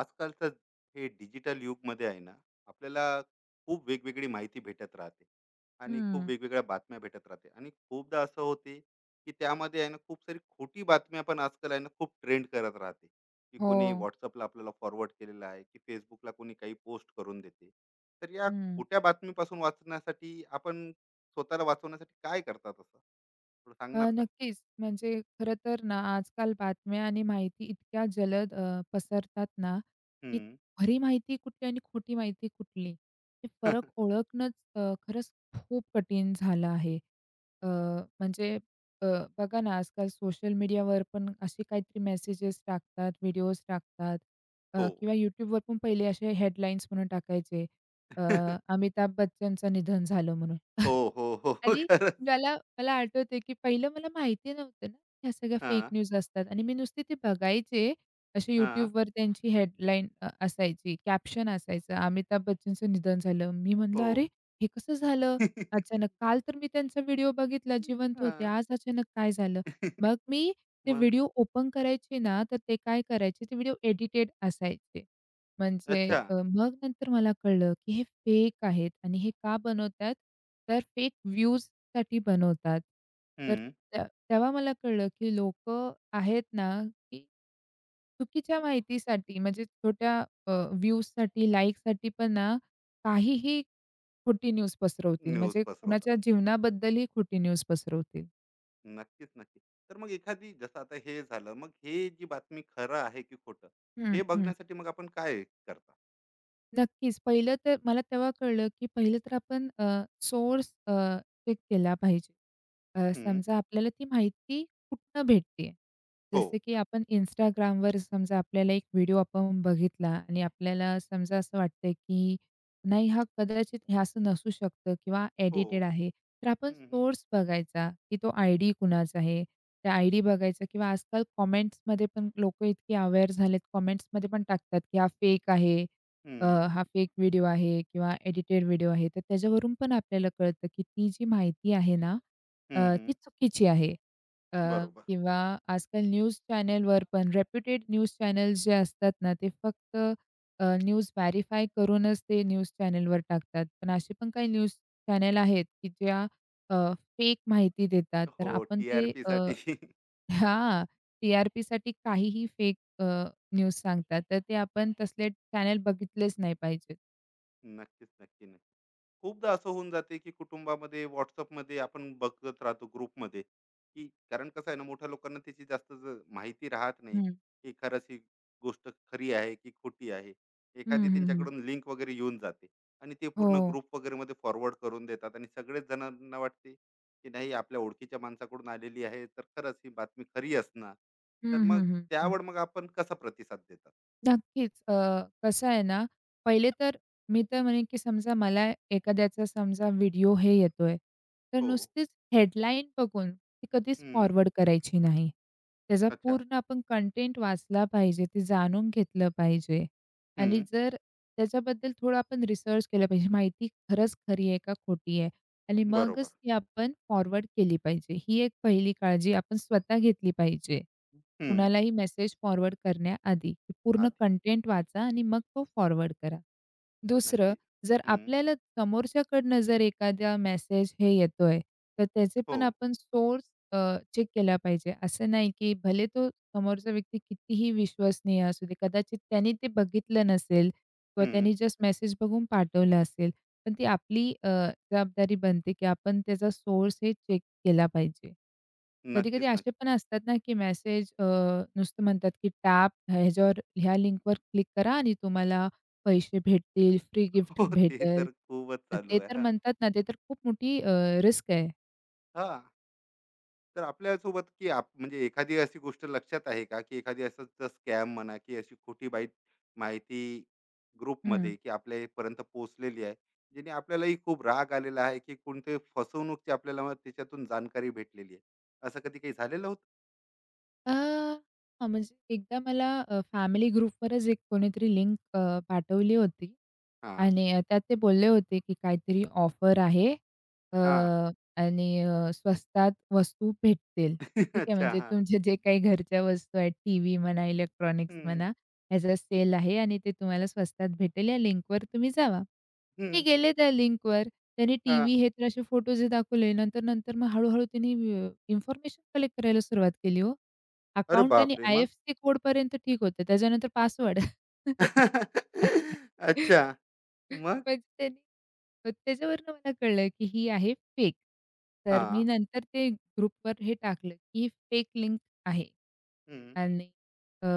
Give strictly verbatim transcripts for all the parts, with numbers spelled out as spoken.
आजकालचं हे डिजिटल युगमध्ये आहे ना, आपल्याला खूप वेगवेगळी माहिती भेटत राहते आणि खूप हं. वेगवेगळ्या बातम्या भेटत राहते, आणि खूपदा असं होते की त्यामध्ये आहे ना, खूप सारी खोटी बातम्या पण आजकाल आहे ना, खूप ट्रेंड करत राहते, की कोणी हो. व्हॉट्सअपला आपल्याला फॉरवर्ड केलेलं आहे की फेसबुकला कोणी काही पोस्ट करून देते. तर या हं. खोट्या बातमीपासून वाचण्यासाठी, आपण स्वतःला वाचवण्यासाठी काय करतात, असं थोडं अ, सांगणार का? नक्कीच. म्हणजे खरं तर ना, आजकाल बातम्या आणि माहिती इतक्या जलद अ, पसरतात ना, की हम्म. खरी माहिती कुठली आणि खोटी माहिती कुठली, हे फरक ओळखणंच अ, खरंच खूप कठीण झालं आहे. अ, म्हणजे अ, बघा ना, आजकाल सोशल मीडियावर पण असे काहीतरी मेसेजेस टाकतात, व्हिडिओज टाकतात अ, हो. किंवा YouTubeवर पण पहिले असे हेडलाईन्स म्हणून टाकायचे. अ, अमिताभ बच्चनचं निधन झालं म्हणून. हो, हो, हो. आणि खरंच. मला मला आठवतंय, की पहिलं मला माहिती नव्हतं ना, ह्या सगळ्या फेक हां, न्यूज असतात आणि मी नुसते ते बघायचे. असे हां, YouTubeवर त्यांची हेडलाईन अ, असायची, कॅप्शन असायचं, "अमिताभ बच्चनचं निधन झालं." मी म्हटलं, हो. "अरे, हे कसं झालं? अचानक काल तर मी त्यांचा व्हिडिओ बघितला, जिवंत होते. हां. आज अचानक काय झालं?" मग मी ते मग व्हिडिओ ओपन करायचे ना, तर ते काय करायचे, ते व्हिडिओ एडिटेड असायचे. म्हणजे अच्छा. अ, मग नंतर मला कळलं, की हे फेक आहेत आणि हे का बनवतात? तर फेक व्ह्यूजसाठी बनवतात. तर हं. त्या तेव्हा मला कळलं, की लोकं आहेत ना, की चुकीच्या माहितीसाठी म्हणजे छोट्या व्ह्यूजसाठी, लाइकसाठी पण ना, काहीही खोटी न्यूज पसरवतील. न्यूज म्हणजे पसरवतात. कुणाच्या जीवनाबद्दलही खोटी न्यूज पसरवतील. नक्कीच, नक्की. तर मग एखादी जसं आता हे झालं, मग हे जी बातमी खरं आहे की खोटं, हं, हे हं. बघण्यासाठी मग आपण काय करता? नक्कीच. पहिलं तर मला तेव्हा कळलं, की पहिलं तर आपण सोर्स अ, चेक केला पाहिजे. अ, हं. समजा आपल्याला ती माहिती कुठनं भेटते. जसं हो, की आपण Instagramवर समजा आपल्याला एक व्हिडिओ आपण बघितला आणि आपल्याला समजा असं वाटतंय, की नाही हा कदाचित हे असं नसू शकतं किंवा हो. एडिटेड आहे. तर आपण हं, हं. सोर्स बघायचा, की तो आयडी कुणाचा आहे. त्या आयडी बघायचा किंवा आजकाल कमेंट्समध्ये पण लोकं इतकी अवेअर झालेत, कमेंट्समध्ये पण टाकतात, की हा फेक आहे, अ, हं. हा फेक व्हिडिओ आहे किंवा एडिटेड व्हिडिओ आहे, तर त्याच्यावरून पण आपल्याला कळतं, की ती जी माहिती आहे ना, अ, हं, ती हं. चुकीची आहे. अ, बरोबर. किंवा आजकाल न्यूज चॅनलवर पण रेप्युटेड न्यूज चॅनल्स जे असतात ना, ते फक्त अ, न्यूज व्हेरिफाय करूनच ते न्यूज चॅनलवर टाकतात. पण असे पण काही न्यूज चॅनल आहेत, की ज्या फेक माहिती देतात. तर हो, आपण ते अ टी आर पीसाठी. हां, टी-आर-पीसाठी काहीही फेक अ, न्यूज सांगतात, तर ते आपण तसले चॅनल बघितलेच नाही पाहिजेत. नक्कीच, नक्की, नक्की. खूपदा असं होऊन जाते की कुटुंबामध्ये व्हॉट्सअपमध्ये आपण बघत राहतो ग्रुपमध्ये, की कारण कसं आहे ना, मोठ्या लोकांना त्याची जास्त ज- माहिती राहत नाही, हं. की खरंच ही गोष्ट खरी आहे की खोटी आहे. एखादी हं, हं, हं. त्यांच्याकडून लिंक वगैरे येऊन जाते आणि ते हो. पूर्ण ग्रुप वगैरे मध्ये फॉरवर्ड करून देतात, आणि सगळेच जणांना वाटते की नाही, आपल्या ओळखीच्या माणसाकडून आलेली आहे तर खरंच ही बातमी खरी असणार. तर हं, मग हं, हं, हं. त्यावर मग आपण कसा प्रतिसाद देतात? नक्कीच. अ, कसं आहे ना, पहिले तर मी तर म्हणेन, की समजा मला एखाद्याचा समजा व्हिडिओ हे येतोय, तर हो. नुसतीच हेडलाईन बघून ती कधीच हम्म. फॉरवर्ड करायची नाही. त्याचा अच्छा. पूर्ण आपण कंटेंट वाचला पाहिजे, ते जाणून घेतलं पाहिजे आणि हम्म. जर त्याच्याबद्दल थोडं आपण रिसर्च केलं पाहिजे. माहिती खरंच खरी आहे का खोटी आहे? आणि बरोबर. मगच ती आपण फॉरवर्ड केली पाहिजे. ही एक पहिली काळजी आपण स्वतः घेतली पाहिजे. हम्म. कुणालाही मेसेज फॉरवर्ड करण्याआधी पूर्ण आधी. कंटेंट वाचा आणि मग तो फॉरवर्ड करा. दुसरं, नक्की. जर हं. आपल्याला समोरच्याकडनं जर एखादा मेसेज हे येतोय, तर त्याचे हो. पण आपण सोर्स चेक केला पाहिजे. असं नाही, की भले तो समोरचा व्यक्ती कितीही विश्वसनीय असू दे, कदाचित त्याने ते बघितलं नसेल किंवा हं. त्यांनी जस्ट मेसेज बघून पाठवला असेल. पण ती आपली अ, जबाबदारी बनते, की आपण त्याचा सोर्स हे चेक केला पाहिजे. कधी-कधी नक्कीच, असे नक्की. पण असतात ना, की मेसेज नुसतं म्हणतात, की टॅप ह्याच्यावर ह्या लिंकवर क्लिक करा आणि तुम्हाला पैसे भेटतील, फ्री गिफ्ट हो, ते भेटेल. तर खूपच अ, ते चालू आहे. तर हां. म्हणतात ना, ते तर खूप मोठी अ, रिस्क आहे. हां. तर आपल्यासोबत की आप म्हणजे एखादी अशी गोष्ट लक्षात आहे का, की एखादी असंच स्कॅम म्हणा की अशी खोटी बाईट माहिती हं. ग्रुपमध्ये की आपल्यापर्यंत पोहोचलेली आहे, जेणे आपल्यालाही खूप राग आलेला आहे, की कोणती फसवणूकची आपल्याला मग त्याच्यातून जाणकारी भेटलेली आहे. असं कधी काही झालेलं होतं? अ, हां, म्हणजे एकदा मला अ, फॅमिली ग्रुपवरच एक कोणीतरी लिंक अ, पाठवली होती. हां. आणि अ, त्यात ते बोलले होते, की काहीतरी ऑफर आहे अ, हां. आणि अ, स्वस्तात वस्तू भेटतील. ठीक आहे, अच्छा. म्हणजे हां. तुमचे जे काही घरच्या वस्तू आहेत, टीव्ही म्हणा, इलेक्ट्रॉनिक्स म्हणा, हं. ह्याचा सेल आहे आणि ते तुम्हाला स्वस्तात भेटेल. या लिंकवर तुम्ही जावा. मी हं. गेले त्या लिंकवर. त्याने हां. टीव्ही हे तर असे फोटोज दाखवले. नंतर, नंतर मग हळू त्यांनी इन्फॉर्मेशन कलेक्ट करायला सुरुवात केली हो. अरे अकाउंट आणि बापरे! मग? आय-एफ-सी कोडपर्यंत ठीक होतं. त्याच्यानंतर पासवर्ड. अच्छा. मग? म्हणजे त्यांनी अ, त्याच्यावरनं मला कळलं, की ही आहे फेक. तर मी हां. नंतर ते ग्रुपवर हे टाकलं, की फेक लिंक आहे हं, आणि अ,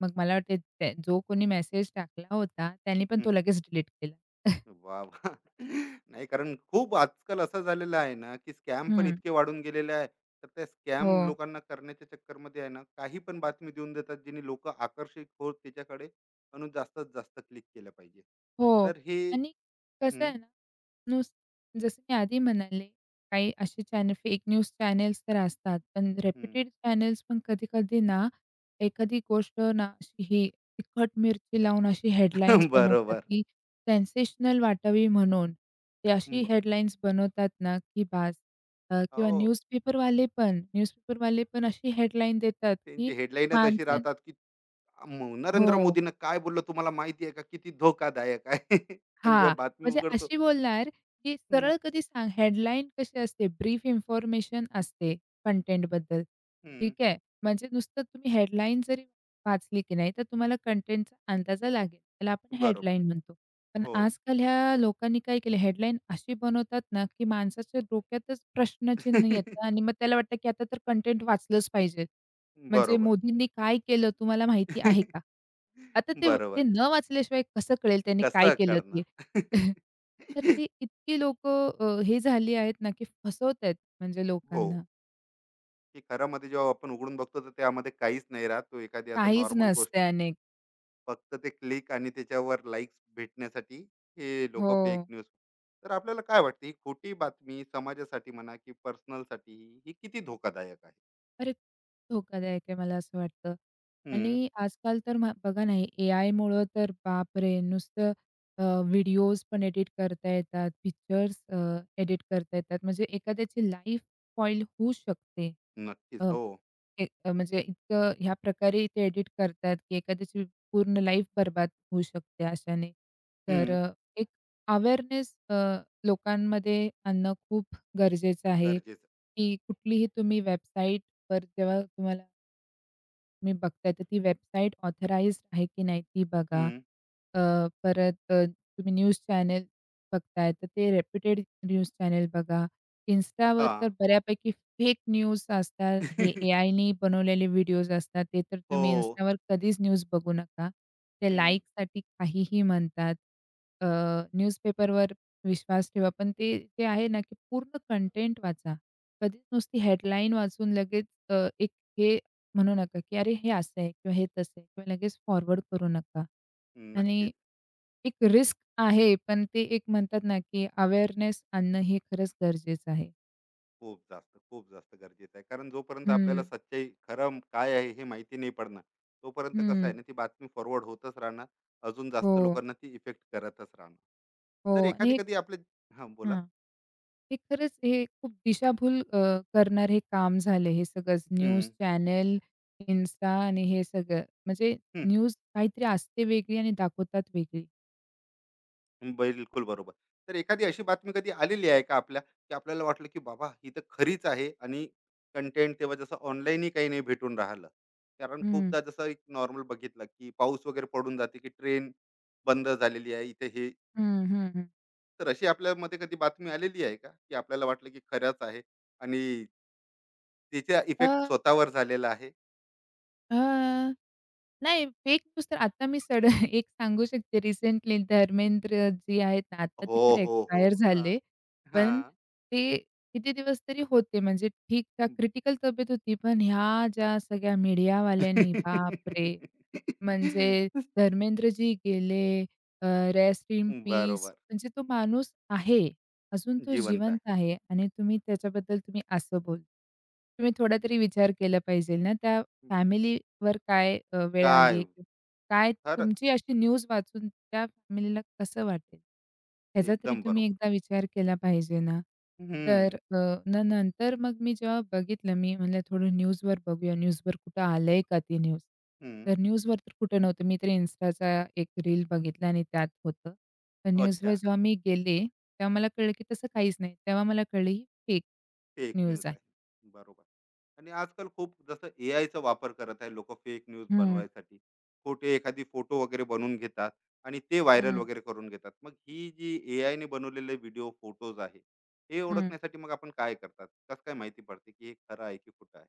मग मला वाटते त्या जो कोणी मेसेज टाकला होता त्याने पण हं. तो लगेच डिलीट केला. वाह! वाह! नाही, कारण खूप आजकाल असं झालेलं आहे ना, की स्कॅम पण हं. इतके वाढून गेलेले आहे. तर त्या स्कॅम हो. लोकांना करण्याच्या चक्करमध्ये आहे ना, काही पण बातमी देऊन देतात, जेणे लोकं आकर्षित होत त्याच्याकडे, म्हणून जास्तीत जास्त क्लिक केलं पाहिजे. हो. तर हे, आणि कसं हं, आहे ना, नुसतं जसं मी आधी म्हणाले, काही असे चॅनल फेक न्यूज चॅनल्स तर असतात. पण हं. रेप्युटेड चॅनल्स पण कधी-कधी ना, एखादी गोष्ट ना, अशी ही तिखट मिरची लावून अशी हेडलाईन्स बनवतात, बरोबर. की सेन्सेशनल वाटावी म्हणून. ते अशी ब हेडलाईन्स बनवतात ना, की बास. अ, किंवा हो. न्यूजपेपरवाले पण न्यूजपेपरवाले पण अशी हेडलाईन देतात, की त्यांची हेडलाईनच अशी माणसां राहतात, की मो नरेंद्र हो. मोदीनं काय बोललं तुम्हाला माहिती आहे का? किती धोकादायक आहे. पण हां, जेव्हा बातमी म्हणजे उघडतो, अशी बोलणार, की हं, सरळ कधी सांग हेडलाईन कशी असते, ब्रीफ इन्फॉर्मेशन असते कंटेंटबद्दल. हं, ठीक आहे. म्हणजे नुसतं तुम्ही हेडलाईन जरी वाचली की नाही, तर तुम्हाला कंटेंटचा अंदाजा लागेल. त्याला आपण बरोबर. हेडलाईन म्हणतो. पण हो. आजकाल ह्या लोकांनी काय केलं हेडलाईन अशी बनवतात ना, की माणसाच्या डोक्यातच प्रश्नचिन्ह येतं आणि मग त्याला वाटतं, की आता तर कंटेंट वाचलंच पाहिजे. म्हणजे बरोबर. मोदींनी काय केलं तुम्हाला माहिती आहे का? आता ते ते बरोबर. न वाचल्याशिवाय कसं कळेल त्यांनी काय कसं केलं ते? करणार? तर ते इतकी लोकं हे झाली आहेत ना, की फसवतायत म्हणजे हो. लोकांना. की खऱ्यामध्ये जेव्हा आपण उघडून बघतो, तर त्यामध्ये काहीच नाही राहत. तो एखादी असं काहीच नॉर्मल गोष्ट. नसते अनेक. फक्त ते क्लिक आणि त्याच्यावर लाइक्स भेटण्यासाठी हे हो. लोकं फेक न्यूज. तर आपल्याला काय वाटते, ही खोटी बातमी समाजासाठी म्हणा की पर्सनलसाठी ही किती धोकादायक आहे? अरे, धोकादायक आहे मला असं वाटतं. हं. आणि आजकाल तर म्हा बघा ना, एआयमुळं तर बापरे! नुसतं अ, व्हिडिओज पण एडिट करता येतात, पिक्चर्स अ, एडिट करता येतात. म्हणजे एखाद्याची लाईफ स्पॉईल होऊ शकते. नक्कीच. अ हो. ए अ, म्हणजे इतकं ह्या प्रकारे ते एडिट करतात, की एखाद्याची पूर्ण लाईफ बरबाद होऊ शकते अशाने. तर हं. अ, एक अवेअरनेस अ, लोकांमध्ये आणणं खूप गरजेचं आहे, गरजेचं. की कुठलीही तुम्ही वेबसाईटवर जेव्हा तुम्हाला तुम्ही बघताय तर ती वेबसाईट ऑथराइज्ड आहे की नाही ती बघा. हं. अ, परत अ, तुम्ही न्यूज चॅनल बघताय तर ते रेप्युटेड न्यूज चॅनल बघा. Instaवर तर हां. बऱ्यापैकी फेक न्यूज असतात. हे एआयनी बनवलेले व्हिडिओज असतात. ते तर तुम्ही हो. Instaवर कधीच न्यूज बघू नका. ते हं. लाईकसाठी काहीही म्हणतात. अ, न्यूजपेपरवर विश्वास ठेवा. पण ते जे आहे ना, की पूर्ण कंटेंट वाचा. कधीच नुसती हेडलाईन वाचून लगेच अ, एक हे म्हणू नका, की "अरे, हे असं आहे किंवा हे तसं आहे" किंवा लगेच फॉरवर्ड करू नका. आणि नक्कीच. एक रिस्क आहे, पण ते एक म्हणतात ना, की अवेअरनेस आणणं हे खरंच गरजेचं आहे. खूप जास्त, खूप जास्त गरजेचं आहे. कारण जोपर्यंत हं, आपल्याला सच्चाई खरं काय आहे हे माहिती नाही पडणार, तोपर्यंत कसं हं. आहे ना, ती बातमी फॉरवर्ड होतच राहणार. अजून जास्त हो, लोकांना ती इफेक्ट करतच राहणार. हो. तर आणि एखादी हे कधी आपले, हां, बोला. हां. हे खरंच हे खूप दिशाभूल अ, करणारे हे काम झाले हे सगळंच. न्यूज चॅनल, Insta आणि हे सगळं. म्हणजे हं. न्यूज काहीतरी असते वेगळी आणि दाखवतात वेगळी. बिलकुल बरोबर. तर एखादी अशी बातमी कधी आलेली आहे का आपल्या, की आपल्याला वाटलं, की बाबा ही तर खरीच आहे आणि कंटेंट तेव्हा जसं ऑनलाईनही काही नाही भेटून राहिलं. कारण हं, खूपदा जसं एक नॉर्मल बघितलं, की पाऊस वगैरे पडून जाते, की ट्रेन बंद झालेली आहे इथे हे. हं, हं, हं. तर अशी आपल्यामध्ये कधी बातमी आलेली आहे का, की आपल्याला वाटलं, की खरंच आहे आणि तिचा अ, इफेक्ट स्वतःवर झालेला आहे? अ नाही, फेक न्यूज तर आता मी सड एक सांगू शकते रिसेंटली धर्मेंद्र जी आहेत ना, आता ते हो, खरं हो, हो. एक्सपायर हां. झाले. पण हां. ते किती दिवस तरी होते म्हणजे ठीक-ठाक क्रिटिकल तब्येत होती. पण ह्या ज्या सगळ्या मीडियावाल्यांनी बापरे! म्हणजे धर्मेंद्रजी गेले, अ, रेस्ट इन पीस बरोबर. म्हणजे तो माणूस आहे. अजून तो जिवंत आहे. जिवंत आहे आणि तुम्ही त्याच्याबद्दल तुम्ही असं बोल तुम्ही थोडा तरी विचार केला पाहिजे ना, त्या फॅमिलीवर काय अ, वेळ आली काय काय खरंच, तुमची अशी न्यूज वाचून त्या फॅमिलीला कसं वाटेल? ह्याचा तरी एकदम तुम्ही बरोबर. एकदा विचार केला पाहिजे ना. हं, तर अ, न नंतर मग मी जेव्हा बघितलं, मी म्हणलं थोडं न्यूजवर बघूया, न्यूजवर कुठं आलंय का ती न्यूज? हं. तर न्यूजवर तर कुठं नव्हतं. मी तर Instaचा एक रील बघितला आणि त्यात होतं. तर न्यूजवर अच्छा, जेव्हा मी गेले, तेव्हा मला कळलं की तसं काहीच नाही. तेव्हा मला कळलं ही फेक फेक न्यूज न्यूज आहे. आहे. बरोबर. आणि आजकाल खूप जसं एआयचा वापर करत आहे लोकं फेक न्यूज हं, बनवायसाठी. खोटे एखादी फोटो वगैरे बनवून घेतात आणि ते व्हायरल हं, वगैरे करून घेतात. मग ही जी एआयने बनवलेले व्हिडिओ, फोटोज आहे, हे हं. ओळखण्यासाठी मग आपण काय करतात? कसं काय माहिती पडते, की हे खरं आहे की खोटं आहे?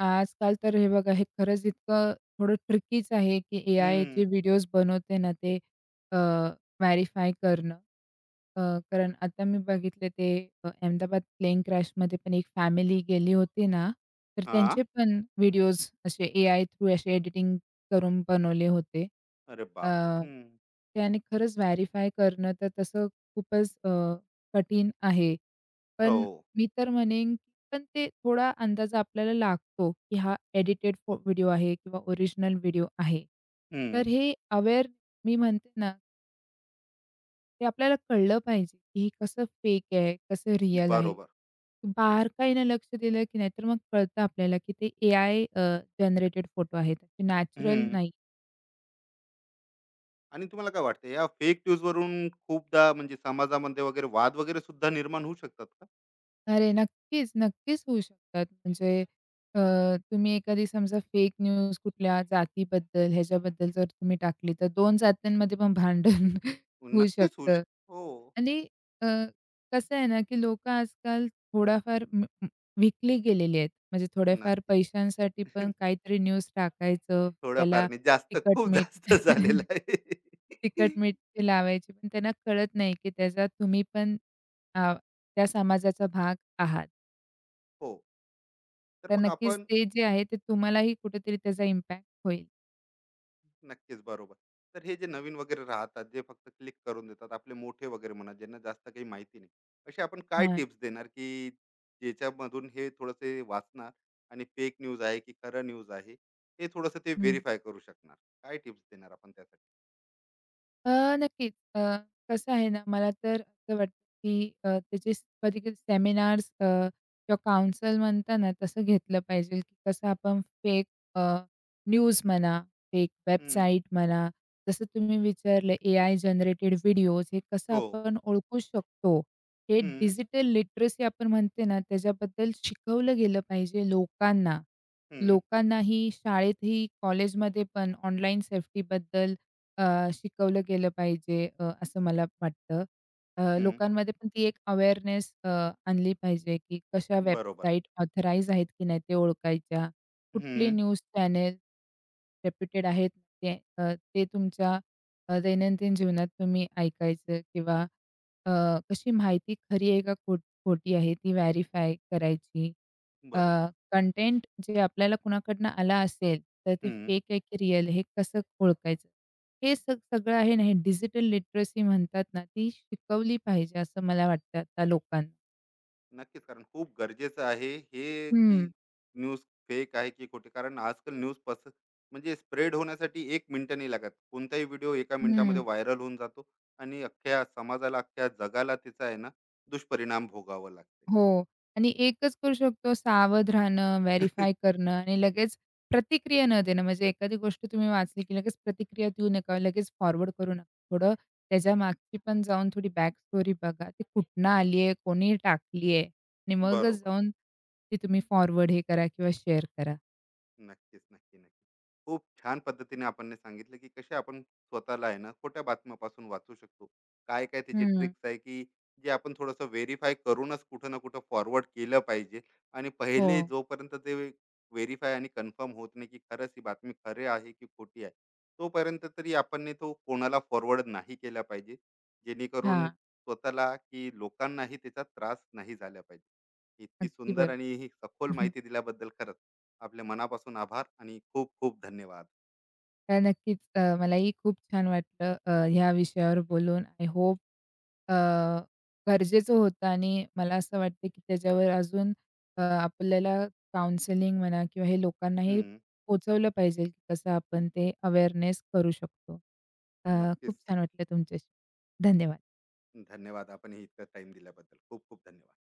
आजकाल तर हे बघा, हे खरंच इतकं थोडं ट्रिकीच आहे, की एआय जे हं. व्हिडिओज बनवते ना, ते अ, व्हेरिफाय करणं. अ, कारण आता मी बघितले ते अ, अहमदाबाद प्लेन क्रॅशमध्ये पण एक फॅमिली गेली होती ना, तर हां. त्यांचे पण व्हिडिओज असे एआय थ्रू असे एडिटिंग करून बनवले होते. अरे अ, बापरे! हं. त्याने खरंच व्हेरिफाय करणं तर तसं खूपच अ, कठीण आहे. हो. पण मी तर म्हणेन पण ते थोडा अंदाज आपल्याला लागतो, की हा एडिटेड फो व्हिडिओ आहे किंवा ओरिजिनल व्हिडिओ आहे. हं. तर हे अवेअर मी म्हणते ना, ते आपल्याला कळलं पाहिजे, की हे कसं फेक आहे, कसं रिअल आहे. बरोबर. बारकाईनं लक्ष दिलं की नाहीतर मग कळतं आपल्याला, की ते एआय अ, जनरेटेड फोटो आहेत. ते नॅचरल हं. नाही. आणि तुम्हाला काय वाटतं, या फेक न्यूज वरून खूपदा म्हणजे समाजामध्ये वगैरे वाद वगैरे सुद्धा निर्माण होऊ शकतात का? अरे, नक्कीच, नक्कीच होऊ शकतात. म्हणजे अ, तुम्ही एखादी समजा फेक न्यूज कुठल्या जातीबद्दल ह्याच्याबद्दल जर तुम्ही टाकली, तर दोन जात्यांमध्ये पण भांडण होऊ नक्कीच होऊ शकतं. शक हो, आणि अ, कसं आहे ना, की लोकं आजकाल थोडाफार म म विकली गेलेली आहेत. म्हणजे थोड्याफार नक्कीच. पैशांसाठी पण काहीतरी न्यूज टाकायचं, त्याला थोडंफार नाही, जास्त खूप तिखट-मीठ जास्त तिखट-मीठ झालेलं आहे. ते लावायची, पण त्यांना कळत नाही, की त्याचा तुम्ही पण अ, त्या समाजाचा भाग आहात. हो. तर तर मग नक्कीच आपण, ते जे आहे ते तुम्हालाही कुठेतरी त्याचा इम्पॅक्ट होईल. नक्कीच बरोबर. तर हे जे नवीन वगैरे राहतात जे फक्त क्लिक करून देतात, आपले मोठे वगैरे म्हणा, ज्यांना जास्त काही माहिती नाही, असे आपण काय हां. टिप्स देणार, की ज्याच्यामधून हे थोडंसे वाचणार आणि फेक न्यूज आहे की खरं न्यूज आहे हे थोडंसं ते हं. व्हेरीफाय करू शकणार? काय टिप्स देणार आपण त्यासाठी? अ, नक्कीच. अ, कसं आहे ना, मला तर असं वाटतं, की अ, त्याचे कधी सेमिनार्स किंवा काउन्सिल म्हणता ना, तसं घेतलं पाहिजे, की कसं आपण फेक न्यूज म्हणा, फेक हम्म, वेबसाईट म्हणा, जसं तुम्ही विचारलं एआय जनरेटेड व्हिडिओज हे कसं हो. आपण ओळखू शकतो. हे हम्म, डिजिटल लिटरसी आपण म्हणते ना, त्याच्याबद्दल शिकवलं गेलं पाहिजे लोकांना. हम्म. लोकांनाही शाळेतही, कॉलेजमध्ये पण ऑनलाईन सेफ्टीबद्दल अ, शिकवलं गेलं पाहिजे अ, असं मला वाटतं. अ, हम्म, लोकांमध्ये पण ती एक अवेअरनेस अ, आणली पाहिजे, की कशा बरोबर. वेबसाईट ऑथराईज आहेत की नाही ते ओळखायच्या. कुठली हम्म, न्यूज चॅनेल रेप्युटेड आहेत ते अ, ते तुमच्या अ, दैनंदिन जीवनात तुम्ही ऐकायचं किंवा अ, कशी माहिती खरी आहे का खोट खोटी आहे ती व्हेरिफाय करायची. बरोबर. कंटेंट जे आपल्याला कुणाकडनं आला असेल, तर ते फेक आहे की रिअल हे कसं ओळखायचं? हे सग सगळं आहे ना, हे डिजिटल लिटरसी म्हणतात ना, ती शिकवली पाहिजे असं मला वाटतं आता लोकांना. नक्कीच. कारण खूप गरजेचं आहे हे, की हं, न्यूज फेक आहे की खोटी. कारण आजकाल न्यूज पस म्हणजे स्प्रेड होण्यासाठी एक मिनिट नाही लागत. कोणताही व्हिडिओ एका हं. मिनिटामध्ये व्हायरल होऊन जातो आणि अख्ख्या समाजाला, अख्ख्या जगाला त्याचा आहे ना, दुष्परिणाम भोगावा लागते. हो. आणि एकच करू शकतो सावध राहणं, व्हेरिफाय करणं आणि लगेच प्रतिक्रिया न देणं. म्हणजे एखादी गोष्ट तुम्ही वाचली, की लगेच प्रतिक्रिया देऊ नका, लगेच फॉरवर्ड करू नका. थोडं त्याच्या मागची पण जाऊन थोडी बॅक स्टोरी बघा. ती कुठनं आली आहे, कोणी टाकली आहे आणि मगच बरोबर. जाऊन ती तुम्ही फॉरवर्ड हे करा किंवा शेअर करा. नक्कीच, नक्की, नक्की. खूप छान पद्धतीने आपण सांगितलं, की कसे आपण स्वतःला आहे ना, खोट्या बातम्यापासून वाचू शकतो. काय-काय त्याचे हं, ट्रिक्स आहे, की जे आपण थोडंसं व्हेरिफाय करूनच कुठं ना कुठं फॉरवर्ड केलं पाहिजे, आणि हो. पहिले जोपर्यंत ते व्हेरिफाय आणि कन्फर्म होत नाही, की खरंच ही बातमी खरी आहे की खोटी आहे, तोपर्यंत तरी आपण नी तो कोणाला फॉरवर्ड नाही केला पाहिजे. जेणेकरून हां, स्वतःला की लोकांनाही त्याचा त्रास नाही झाला पाहिजे. इतकी अगदी सुंदर बरोबर. आणि ही सखोल माहिती दिल्याबद्दल खरंच आपल्या मनापासून आभार आणि खूप खूप धन्यवाद. तर नक्कीच अ, मलाही खूप छान वाटलं अ, ह्या विषयावर बोलून. आय होप अ, गरजेचं होतं आणि मला असं वाटतं, की त्याच्यावर अजून अ, आपल्याला काउंसलिंग म्हणा किंवा हे लोकांनाही हं, पोहोचवलं पाहिजे, की कसं आपण ते अवेअरनेस करू शकतो. अ, खूप नक्कीच. छान वाटलं तुमच्याशी. धन्यवाद. धन्यवाद. आपण हे इतका टाईम दिल्याबद्दल. खूप खूप धन्यवाद.